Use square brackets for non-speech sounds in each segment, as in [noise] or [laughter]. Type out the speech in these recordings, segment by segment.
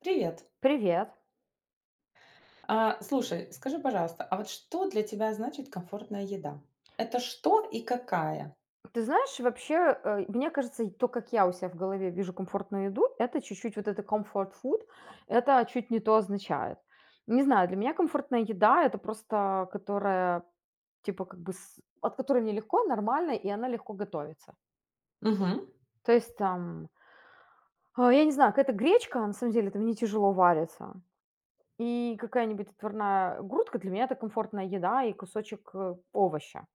Привет. Привет. А, слушай, скажи, пожалуйста, а вот что для тебя значит комфортная еда? Это что и какая? Ты знаешь, вообще, мне кажется, и то, как я у себя в голове вижу комфортную еду, это чуть-чуть вот это comfort food, это чуть не то означает. Не знаю, для меня комфортная еда это просто, которая, типа, как бы, от которой мне легко, нормально, и она легко готовится. Мгм, То есть там, я не знаю, какая-то гречка, на самом деле, это мне тяжело варится. И какая-нибудь отварная грудка для меня это комфортная еда и кусочек овоща.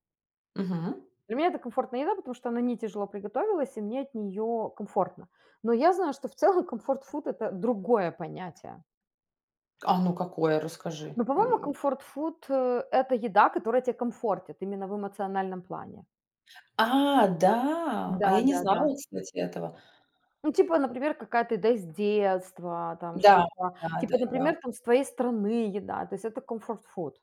мгм. Для меня это комфортная еда, потому что она не тяжело приготовилась, и мне от нее комфортно. Но я знаю, что в целом комфорт-фуд- это другое понятие. А ну какое, расскажи. Но, по-моему, М. комфорт-фуд, это еда, которая тебя комфортит именно в эмоциональном плане. А, да, а я не Да-да-да. знала, кстати, этого. Ну, типа, например, какая-то еда из детства, там Да, что-то. да, да, Типа, да. например, там с твоей страны еда. То есть это комфорт-фуд.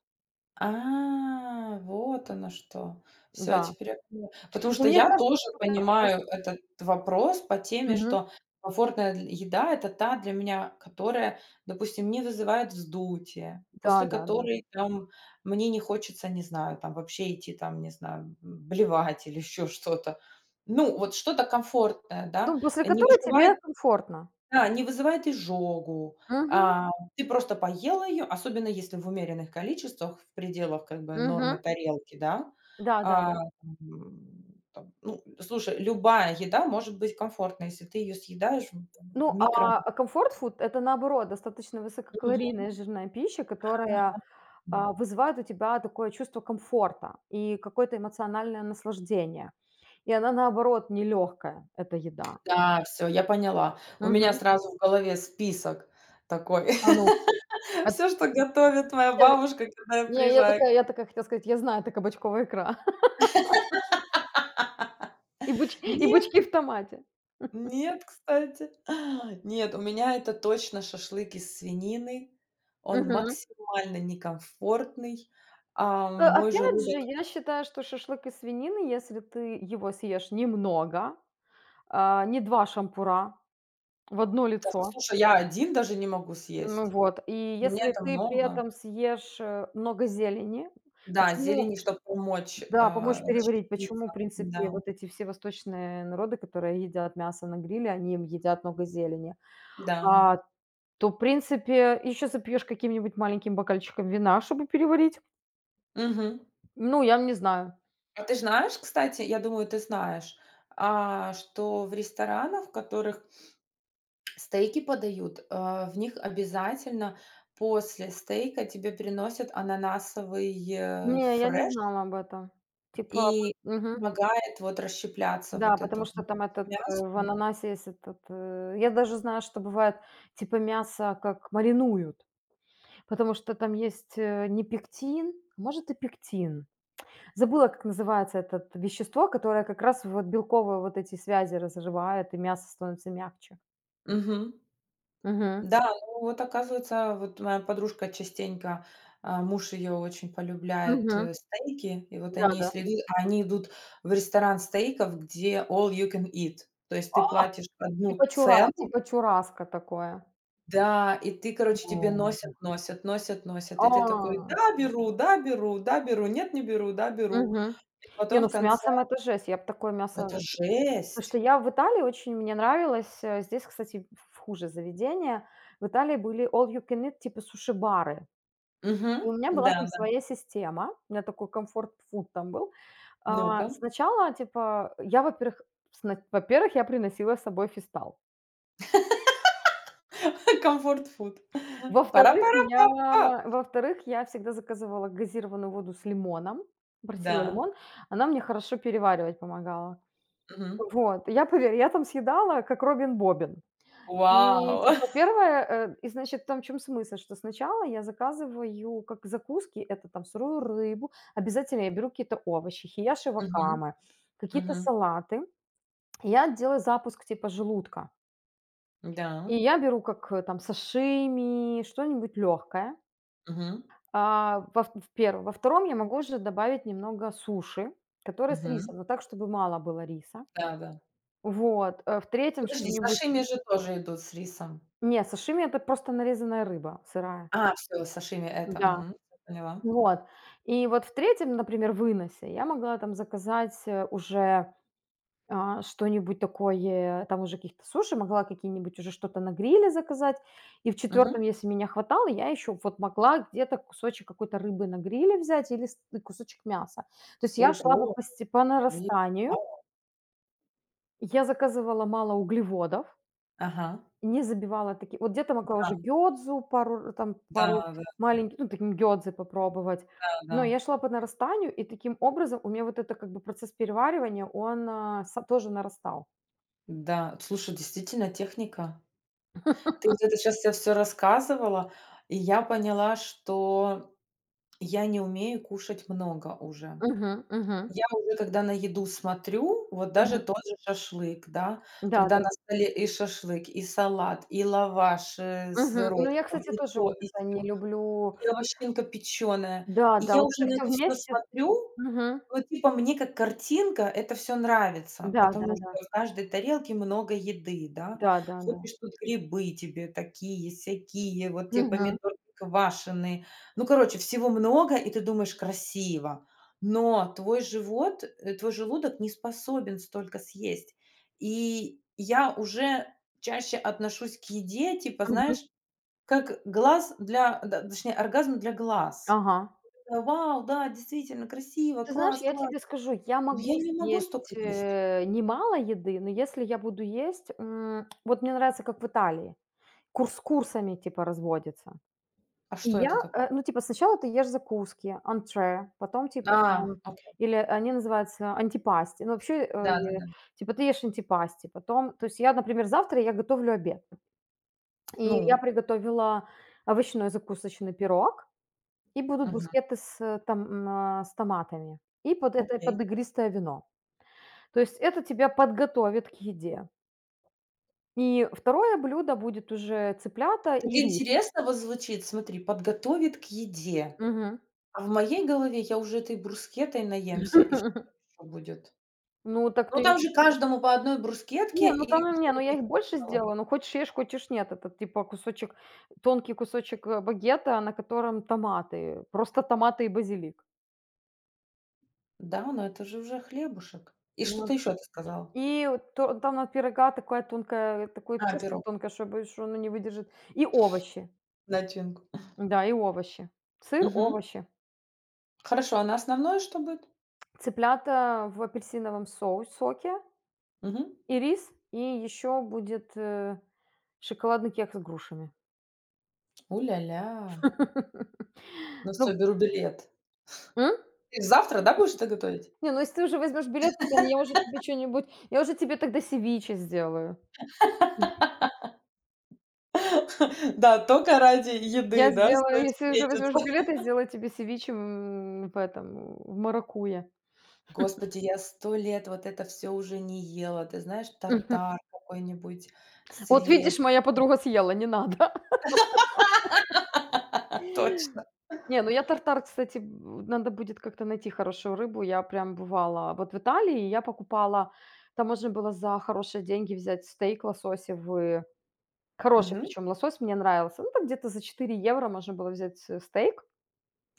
А, вот оно что. Все Да. теперь я поняла. Потому Но что мне я кажется, тоже что да, потому что понимаю этот вопрос по теме, мгм. что комфортная дл еда — это та для меня, которая, допустим, не вызывает вздутие, после Да-да-да. которой там мне не хочется, не знаю, там вообще идти там, не знаю, блевать или еще что-то. Ну, вот что-то комфортное, да, Ну, после не которой вызывает. тебе комфортно. Да, не вызывает изжогу. Угу, А, Ты просто поела ее, особенно если в умеренных количествах, в пределах как бы нормы угу. тарелки, да. А, Да-да-да. Там, ну, слушай, любая еда может быть комфортной, если ты ее съедаешь в Ну, микро. а комфорт фуд- это, наоборот, достаточно Мгм. высококалорийная жирная пища, которая, М, вызывает у тебя такое чувство комфорта и какое-то эмоциональное наслаждение. И она, наоборот, нелёгкая, эта еда. да, все, я поняла. У меня Мгм. сразу в голове список такой. А, ну, [laughs] а Все, что готовит моя я бабушка, когда я не, я приезжаю. такая я такая хотела сказать: «Я знаю, это кабачковая икра [laughs] и буч и Нет. бычки в томате». Нет, кстати. [gasps] [laughs] Нет, у меня это точно шашлык из свинины. Он Мгм. максимально некомфортный. Мой Опять желудок, же, я считаю, что шашлык из свинины, если ты его съешь немного, не 2 шампура в одно да, лицо. слушай, я один даже не могу Ну съесть. вот, и Мне если это ты при много. этом съешь, много зелени, Да, почему зелени, чтобы помочь, да, поможешь переварить, расщепиться. почему, в принципе, Да, вот эти все восточные народы, которые едят мясо на гриле, они им едят много зелени, да. а, то, в принципе, еще запьешь каким-нибудь маленьким бокальчиком вина, чтобы переварить. Мгм. Ну, я не знаю. А ты знаешь, кстати, я думаю, ты знаешь, что в ресторанах, в которых стейки подают, в них обязательно после стейка тебе приносят ананасовый, Не, я не фреш, знала об этом. Типа, и мгм, помогает вот расщепляться да, вот эту потому что вот. там этот, в ананасе есть этот, я даже знаю, что бывает, типа, мясо как маринуют. Потому что там есть, не пектин, а может, и пектин. Забыла, как называется этот вещество, которое как раз вот белковые вот эти связи разрывает, и мясо становится мягче. Мгм. Мгм. Да, ну вот оказывается, вот моя подружка частенько, муж ее очень полюбляет, Мгм. Стейки, и вот они Да-да. если идут, а они идут в ресторан стейков, где all you can eat. То есть ты платишь Типа одну чура цену. типа чураска такое. Да, и ты, короче, тебе носят, М. носят, носят, носят. И А. ты такой: "Да, беру, да, беру, да, беру, нет, не беру, да, беру". Мгм. И Не, потом ну в с конце мясом это жесть. Я бы такое это мясо с... Потому что жесть. я в Италии очень мне нравилось, здесь, кстати, в хуже заведение. В Италии были all you can eat, типа суши-бары. Мгм. И у меня была там Да-да. своя система, у меня такой комфорт-фуд там был. Ну-ка. Сначала, типа, я, во-первых, сна во-первых, я приносила с собой фистал. [laughs] Comfort food. Во-вторых, я Пара-пара-па-па. во-вторых, я всегда заказывала газированную воду с лимоном, просила Да. лимон, она мне хорошо переваривать помогала. Мгм. Вот, я, поверь, я там съедала, как Робин Бобин. И, Вау! [laughs] типа, первое, и, значит, там в чем смысл, что сначала я заказываю как закуски- это там сырую рыбу, обязательно я беру какие-то овощи, хияши Мгм, вакамы, какие-то мгм. салаты. Я делаю запуск типа желудка. Да. И я беру как, там сашими, что-нибудь легкое. Мгм, А, во в первом. Во втором я могу уже добавить немного суши, которое с мгм. рисом, но так, чтобы мало было риса. Да-да. Вот, в третьем Подожди, что-нибудь... сашими же тоже идут с рисом. Не, сашими- это просто нарезанная рыба сырая. А, все, сашими — это. Да. Мгм. Поняла. Вот. И вот в третьем, например, выносе я могла там заказать, уже, что-нибудь такое, там уже каких-то суши, могла какие-нибудь уже что-то на гриле заказать. И в четвертом, Мгм. если меня хватало, я еще вот могла где-то кусочек какой-то рыбы на гриле взять или с кусочек мяса. То есть я шла Ого! По Блин! нарастанию, я заказывала мало углеводов, Ага. не забивала такие вот где-то могла Да, уже гёдзу пару, там да, пару да, маленьких, ну, таким гёдзы попробовать. Но да. я шла по нарастанию, и таким образом у меня вот это как бы процесс переваривания, он, а, са тоже нарастал. Да, да. Слушай, действительно, техника. Ты вот это сейчас я все рассказывала, и я поняла, что я не умею кушать много уже. Мгм, мгм, Я уже, когда на еду смотрю, вот даже мгм. тот же шашлык, да, Да, когда да. на столе и шашлык, и салат, и лаваш, с Мгм. Ну, я, сырочком, кстати, и тоже то, вот и это не сё, люблю. и овощинка печеная. Да, И да, я вот уже это на все это все вместе. смотрю. Мгм. Ну, типа, мне как картинка это все нравится, Да, да, потому да. что в каждой тарелке много еды, да. Да, да, да. Хочешь тут грибы тебе такие, сякие, вот те Мгм, помидорки квашеные. Ну, короче, всего много, и ты думаешь: красиво. Но твой живот, твой желудок не способен столько съесть. И я уже чаще отношусь к еде, типа, мгм. знаешь, как глаз для, да, точнее, оргазм для глаз. Ага. Вау, да, действительно красиво, Ты знаешь, класс, я класс. тебе скажу, я Ну, могу я не могу съесть, столько есть. Немало еды, но если я буду есть, вот мне нравится, как в Италии, курс-курсами типа разводится. А И что я, это такое? Ну, типа, сначала ты ешь закуски, антре, потом А, типа там окей. или они называются антипасти. Ну, вообще, э, я Да-да-да. типа ты ешь антипасти, потом то есть я, например, завтра я готовлю обед, и я Ну, приготовила овощной закусочный пирог, и будут мгм, брускеты с, э, там, м, а, с томатами, и окей. под игристое вино. То есть это тебя подготовит к еде. И второе блюдо будет уже цыплята Так и рис. интересно вот звучит, смотри: подготовит к еде. Мгм. А в моей голове я уже этой брускетой наемся, и что [laughs] там будет? Ну, так Ну, ты... там же каждому по одной брускетке, Не, ну и там, не, что ну ты я их ещё больше сказала. сделала, ну хочешь ешь, хочешь нет. Это типа кусочек, тонкий кусочек, багета, на котором томаты, просто томаты и базилик. Да, но это же уже хлебушек. И что-то Вот. еще ты сказала. И вот то там на пирога такая тонкая, такое А, тесто пирог, тонкое, чтобы, боюсь, что оно не выдержит. И овощи. начинку. Да, и овощи. Сыр, Мгм. овощи. Хорошо, а на основное что будет? Цыплята в апельсиновом соу соке. Мгм. И рис, и еще будет, шоколадный кекс с грушами. У-ля-ля. [laughs] Ну Ну, всё, беру билет. м? Ты завтра, да, будешь это готовить? Не, ну если ты уже возьмешь билет, я уже тебе тогда севиче сделаю. Да, только ради еды, Я да, сделаю, стоит если уже возьмешь встретиться. билет, я сделаю тебе севиче, в маракуйя. Господи, я 100 лет вот это все уже не ела. Ты знаешь, тартар [laughs] какой-нибудь Вот свежий. видишь, моя подруга съела, не надо. А, точно. Не, ну я тартар, кстати, б надо будет как-то найти хорошую рыбу. Я прям бывала вот в Италии, я покупала, там можно было за хорошие деньги взять стейк лососевый, хороший Мгм. причем лосось мне нравился. Ну, там где-то за 4 евро можно было взять, стейк.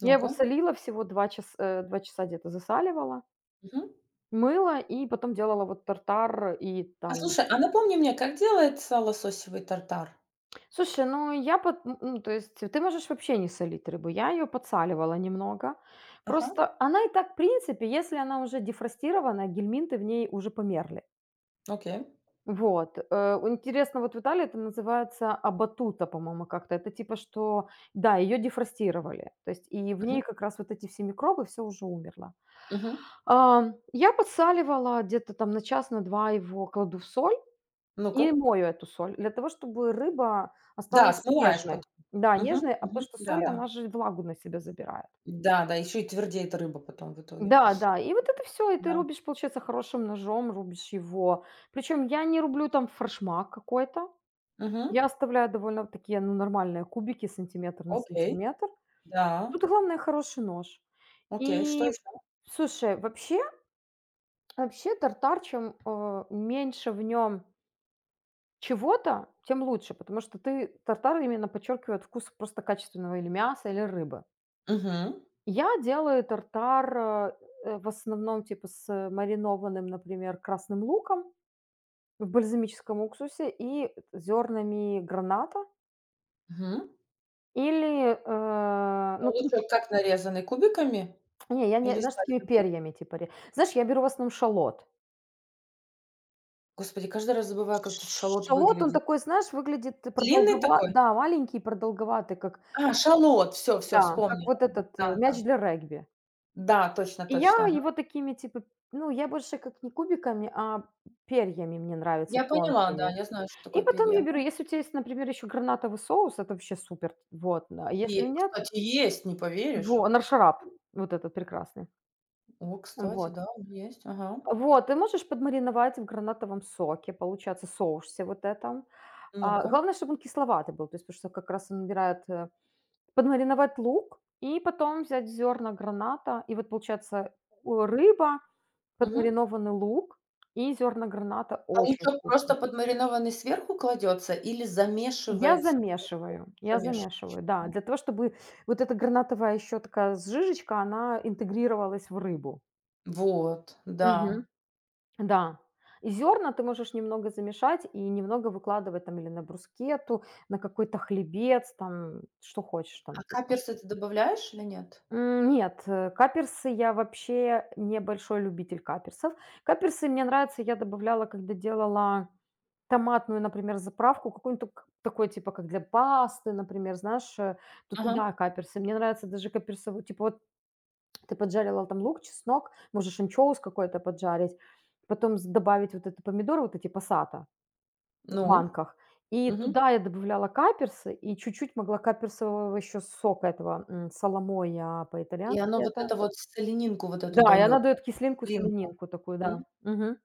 Я его Ну-ка. солила всего 2 часа, 2 часа где-то засаливала, Мгм. мыла и потом делала вот тартар и А там... слушай, а напомни мне, как делается лососевый тартар? Слушай, ну, то есть ты можешь вообще не солить рыбу. Я ее подсаливала немного. Ага, Просто она и так, в принципе, если она уже дефростирована, гельминты в ней уже померли. окей. Вот. Интересно, вот в Италии это называется абатута, по-моему, как-то. Это типа, что, да, ее дефростировали. То есть и в Мгм, ней как раз вот эти все микробы, все уже умерло. мгм. Я подсаливала где-то там на час, на два его кладу в соль. Ну-ка. И мою эту соль для того, чтобы рыба Да, осталась смываешь нежной. потом. Да, Мгм, нежной, а потому мгм. что соль, она Да-да. же влагу на себя забирает. Да-да, еще и твердеет рыба потом в итоге. Да, да, и вот это все, и ты Да. рубишь, получается, хорошим ножом, рубишь его. Причем я не рублю там форшмак какой-то. Мгм. Я оставляю довольно такие, ну, нормальные кубики, сантиметр на Окей. сантиметр. Да. Тут главное хороший нож. Окей, что И, еще? слушай, вообще тартар, чем, меньше в нем чего-то, тем лучше, потому что ты тартар именно подчеркивает вкус просто качественного или мяса, или рыбы. Мгм. Я делаю тартар, в основном типа с маринованным, например, красным луком в бальзамическом уксусе и зернами граната. Или, А ну, лук тут, как нарезанный, кубиками не, я не, или знаешь, такими слайсами? перьями типа. Знаешь, я беру в основном шалот. Господи, каждый раз забываю, как тут шалот Шалот, он выглядит. такой, знаешь, выглядит Длинный продолговатый, такой? да, маленький, продолговатый, как, А, шалот, все, все, да, как вспомнила. вот этот Да-да. Да, мяч для регби. да, точно И я точно, ага. его такими, типа, ну, я больше как не кубиками, а перьями мне нравятся Я поняла, да, тонкими. я знаю, что И такое потом я перья. беру, если у тебя есть, например, еще гранатовый соус, это вообще супер, вот, а Е, если нет, кстати, есть, не во поверишь. наршарап, вот этот прекрасный, О, кстати, вот. да, он есть, ага. Вот, ты можешь подмариновать в гранатовом соке, получается, соусе вот этом. Ну-ка. Главное, чтобы он кисловатый был, то есть, потому что как раз он набирает. Подмариновать лук и потом взять зерна граната, и вот получается, у рыба Мгм. подмаринованный лук и зерна граната- А очень лучок вкусно. просто подмаринованный сверху кладется или Я замешивается? замешиваю, я Замеш замешиваю, да, для того, чтобы вот эта гранатовая еще такая с жижечка, она интегрировалась в рыбу. Вот, да. Мгм. Да. И зерна ты можешь немного замешать и немного выкладывать там или на брускету на какой-то хлебец, там, что хочешь А там типа. каперсы ты добавляешь или нет? Нет, каперсы- я вообще небольшой любитель каперсов. Каперсы мне нравятся, я добавляла, когда делала томатную, например, заправку, какую-нибудь тук такой, типа, как для пасты, например, знаешь, то Ага. туда каперсы. Мне нравится даже каперсовый, типа, вот ты поджарила там лук, чеснок, можешь анчоус какой-то поджарить, потом с добавить вот это помидоры, вот эти пассата в Ну? банках, и Мгм. туда я добавляла каперсы, и чуть-чуть могла каперсового еще сока этого, соломоя И по-итальянски оно вот это. это вот соленинку вот эту Да, и дает, она да? дает кислинку, Кислинку. соленинку такую, да. М. Мгм.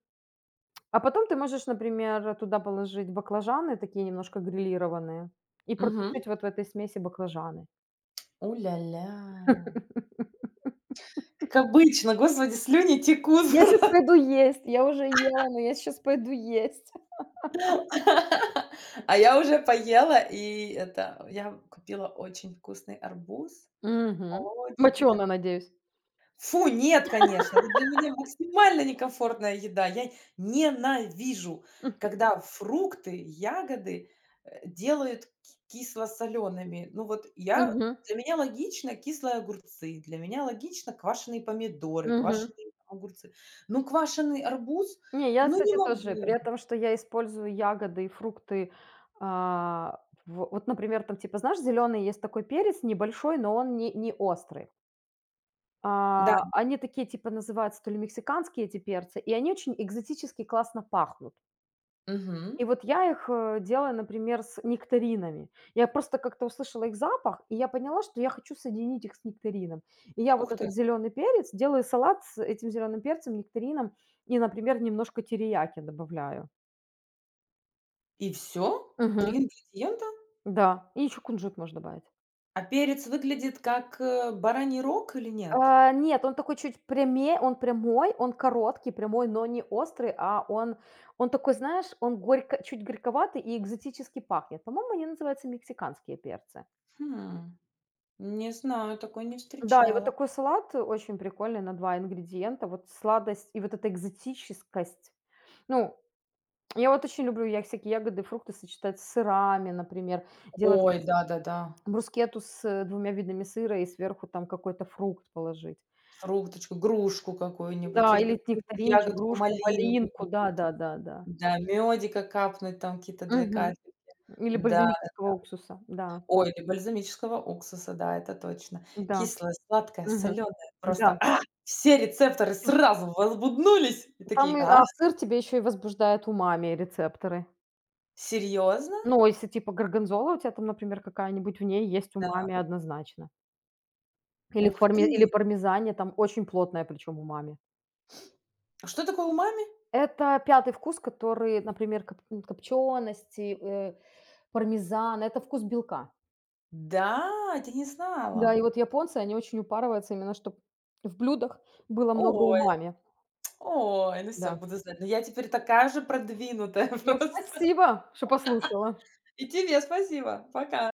А потом ты можешь, например, туда положить баклажаны, такие немножко грилированные, и Мгм. протушить вот в этой смеси баклажаны. У-ля-ля. [laughs] Как обычно, господи, слюни текут Я сейчас просто. пойду есть, я уже ела, но я сейчас пойду есть. [laughs] А я уже поела, и это, я купила очень вкусный арбуз, Мгм. холодненький Мочёно, такой. надеюсь. Фу, нет, конечно, это для меня максимально некомфортная еда. Я ненавижу, когда фрукты, ягоды, делают кисло солеными. Ну вот, я, Мгм. для меня логично кислые огурцы, для меня логично квашеные помидоры, Мгм. квашеные огурцы. Ну, квашеный арбуз, Не, я, ну, не кстати, тоже. При могу. этом, что я использую ягоды и фрукты, а, в вот, например, там, типа, знаешь, зеленый есть такой перец небольшой, но он не острый. Да, Они такие, типа, называются то ли мексиканские эти перцы, и они очень экзотически классно пахнут. И мгм. вот я их, делаю, например, с нектаринами. Я просто как-то услышала их запах, и я поняла, что я хочу соединить их с нектарином. И я вот Ух ты. этот зеленый перец делаю салат с этим зеленым перцем, нектарином и, например, немножко терияки добавляю. И все, 3 Мгм. ингредиента? Да, и еще кунжут можно добавить. А перец выглядит как, бараний рог или нет? А, нет, он такой чуть прямее, он прямой, он короткий, прямой, но не острый, а он такой, знаешь, чуть горьковатый и экзотически пахнет. По-моему, они называются мексиканские перцы. Хм. Не знаю, такой не Да, и вот встречала. такой салат очень прикольный на два ингредиента. Вот сладость и вот эта экзотическость. Ну, я вот очень люблю я всякие ягоды, фрукты сочетать с сырами, например, делать Ой, да-да-да. брускету с двумя видами сыра и сверху там какой-то фрукт положить. Фрукточку, грушку Да, какую-нибудь или или какую-нибудь нектаринчик, ягодку, грушку, малинку малинку, какую-то. да-да-да-да. Да, мёдика капнуть, там какие-то две Мгм. капли. Или Да, бальзамического уксуса, да, ой, или бальзамического уксуса, да, это точно. да, Кислое, сладкое, мгм, солёное, просто, да. Все рецепторы сразу возбуднулись и Там, такие: и "А, а сыр тебе еще и возбуждает умами рецепторы. серьёзно? Ну, если типа горгонзола у тебя там, например, какая-нибудь, в ней есть Да, умами однозначно. Или в ух парме или ты". пармезане, там очень плотное причем умами. Что такое умами? Это пятый вкус, который, например, копчености, пармезана- это вкус белка. Да, я не Да, и знала. вот японцы, они очень упарываются именно, чтобы в блюдах было много Ой. умами. Ой, ну все, Да. буду знать. Ну, я теперь такая же продвинутая [laughs] Ну, просто. спасибо, что послушала. И тебе спасибо. Пока.